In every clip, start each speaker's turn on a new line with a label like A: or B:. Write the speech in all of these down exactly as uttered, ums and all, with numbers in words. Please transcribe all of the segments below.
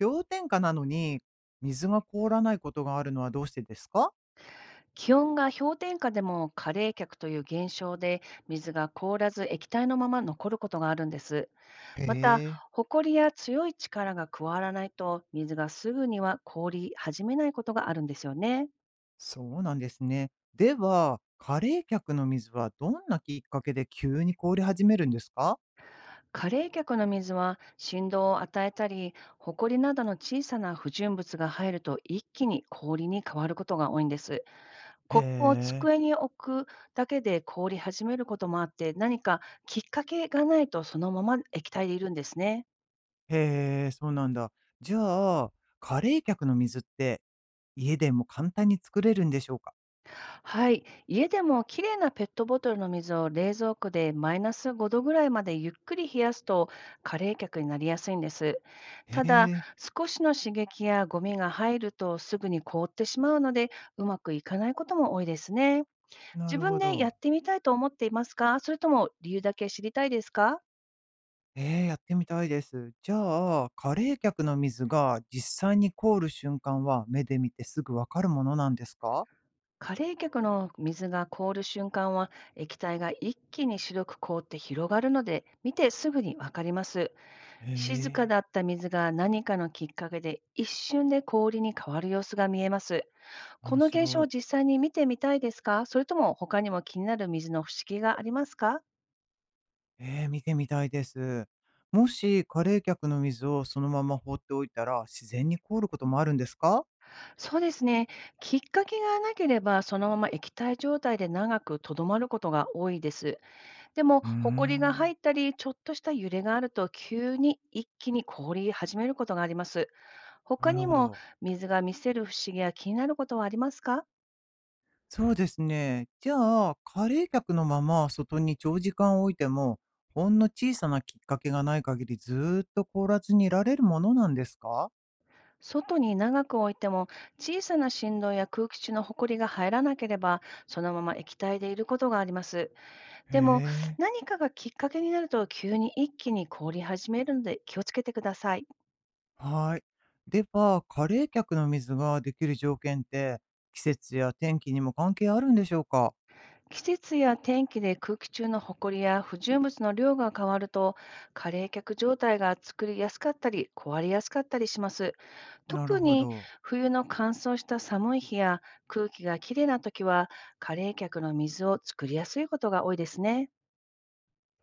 A: 氷点下なのに、水が凍らないことがあるのはどうしてですか？
B: 気温が氷点下でも過冷却という現象で水が凍らず液体のまま残ることがあるんです。
A: へ
B: また、
A: え。
B: ほこりや強い力が加わらないと水がすぐには凍り始めないことがあるんですよね。
A: そうなんですね。では、カレー客の水はどんなきっかけで急に凍り始めるんですか？
B: 過冷却の水は振動を与えたり、ほこりなどの小さな不純物が入ると一気に氷に変わることが多いんです。
A: へ
B: コップを
A: え。
B: 机に置くだけで凍り始めることもあって、何かきっかけがないとそのまま液体でいるんですね。
A: へえ、そうなんだ。じゃあ、カレー客の水って家でも簡単に作れるんでしょうか？
B: はい。家でもきれいなペットボトルの水を冷蔵庫でマイナスごどぐらいまでゆっくり冷やすと過冷却になりやすいんです。
A: へ
B: ただ、
A: え。
B: 少しの刺激やゴミが入るとすぐに凍ってしまうので、うまくいかないことも多いですね。
A: な
B: 自
A: る
B: 分
A: ほ
B: でや
A: ど。
B: ってみたいと思っていますか？それとも理由だけ知りたいですか？
A: えー、やってみたいです。じゃあ、カレー客の水が実際に凍る瞬間は目で見てすぐわかるものなんですか？
B: 過冷却の水が凍る瞬間は液体が一気に白く凍って広がるので見てすぐにわかります。
A: へ
B: 静か
A: え、
B: だった水が何かのきっかけで一瞬で氷に変わる様子が見えます。こ
A: 面
B: の
A: 白
B: 現象を
A: い。
B: 実際に見てみたいですか？それとも他にも気になる水の不思議がありますか？
A: ええ、見てみたいです。もし過冷却の水をそのまま放っておいたら、自然に凍ることもあるんですか？
B: そうですね。きっかけがなければそのまま液体状態で長くとどまることが多いです。でも、
A: うー
B: ほこりが
A: ん、
B: 入ったり、ちょっとした揺れがあると、急に一気に凍り始めることがあります。他
A: なる
B: に
A: ほ
B: も、
A: ど。
B: 水が見せる不思議や気になることはありますか？
A: そうですね。じゃあ、過冷却のまま外に長時間置いても、ほんの小さなきっかけがない限りずーっと凍らずにいられるものなんですか？
B: 外に長く置いても、小さな振動や空気中のほこりが入らなければ、そのまま液体でいることがあります。
A: へ
B: でも、
A: え、
B: 何かがきっかけになると、急に一気に凍り始めるので、気をつけてください。
A: はい。では、過冷却の水ができる条件って、季節や天気にも関係あるんでしょうか？
B: 季節や天気で空気中のほこりや不純物の量が変わると、過冷却状態が作りやすかったり、壊れやすかったりします。
A: なる
B: 特
A: ほ
B: に
A: ど。
B: 冬の乾燥した寒い日や空気がきれいな時は、過冷却の水を作りやすいことが多いですね。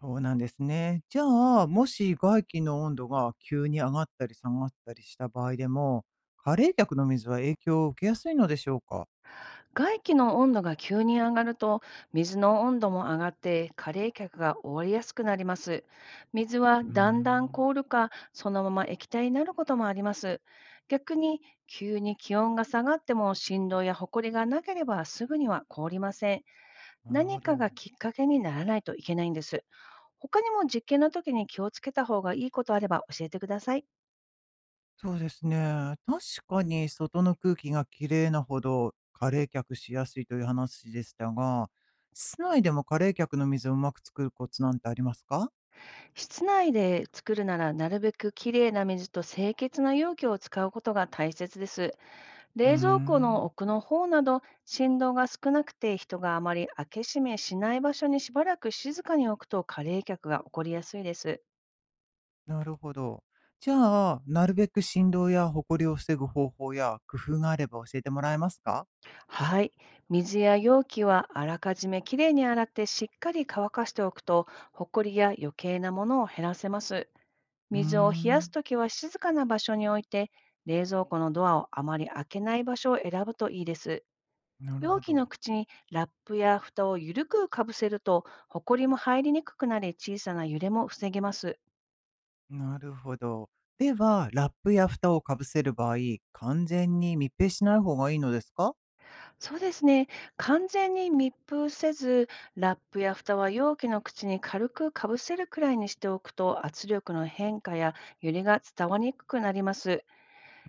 A: そうなんですね。じゃあ、もし外気の温度が急に上がったり下がったりした場合でも、加冷却の水は影響を受けやすいのでしょうか？
B: 外気の温度が急に上がると、水の温度も上がって加冷却が終わりやすくなります。水は
A: うー
B: だんだん
A: ん、
B: 凍るか、そのまま液体になることもあります。逆に、急に気温が下がっても振動やほこりがなければすぐには凍りません。
A: なるほ
B: 何か
A: ど。
B: がきっかけにならないといけないんです。他にも実験の時に気をつけた方がいいことあれば教えてください。
A: そうですね。確かに外の空気がきれいなほど過冷却しやすいという話でしたが、室内でも過冷却の水をうまく作るコツなんてありますか？
B: 室内で作るならなるべくきれいな水と清潔な容器を使うことが大切です。
A: うー
B: 冷蔵庫の
A: ん、
B: 奥の方など振動が少なくて人があまり開け閉めしない場所にしばらく静かに置くと加冷却が起こりやすいです。
A: なるほど。じゃあ、なるべく振動やホコリを防ぐ方法や工夫があれば教えてもらえますか？
B: はい。水や容器はあらかじめきれいに洗ってしっかり乾かしておくと、ほこりや余計なものを減らせます。
A: うー
B: 水を冷やす
A: ん、
B: ときは静かな場所に置いて、冷蔵庫のドアをあまり開けない場所を選ぶといいです。
A: なる
B: 容
A: ほ
B: 器
A: ど。
B: の口にラップや蓋を緩くかぶせると、ほこりも入りにくくなり、小さな揺れも防げます。
A: なるほど。では、ラップや蓋をかぶせる場合、完全に密閉しない方がいいのですか？
B: そうですね。完全に密封せず、ラップや蓋は容器の口に軽くかぶせるくらいにしておくと、圧力の変化や揺れが伝わりにくくなります。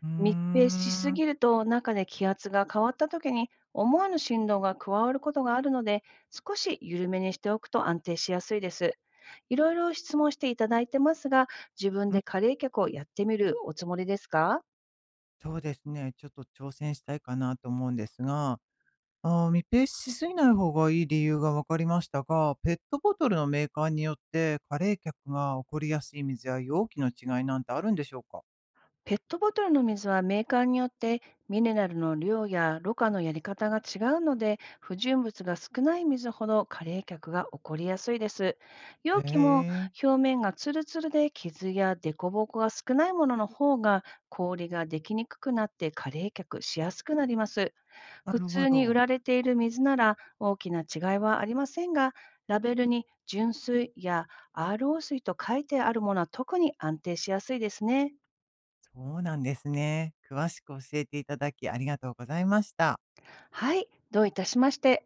A: うー
B: 密閉しす
A: ん、
B: ぎると、中で気圧が変わった時に、思わぬ振動が加わることがあるので、少し緩めにしておくと安定しやすいです。いろいろ質問していただいてますが、自分
A: うん、
B: でカレー客をやってみるおつもりですか？
A: そうですね。ちょっと挑戦したいかなと思うんですが、あー、密閉しすぎない方がいい理由が分かりましたが、ペットボトルのメーカーによって、加冷却が起こりやすい水や容器の違いなんてあるんでしょうか？
B: ペットボトルの水はメーカーによってミネラルの量やろ過のやり方が違うので、不純物が少ない水ほどカレーが起こりやすいです。
A: へ
B: 容器も
A: え、
B: 表面がツルツルで傷や凸凹が少ないものの方が氷ができにくくなってカレーしやすくなります。
A: な
B: 普
A: るほ
B: 通に売ら
A: ど。
B: れている水なら大きな違いはありませんが、ラベルに純水や アールオー 水と書いてあるものは特に安定しやすいですね。
A: そうなんですね。詳しく教えていただきありがとうございました。
B: はい、どういたしまして。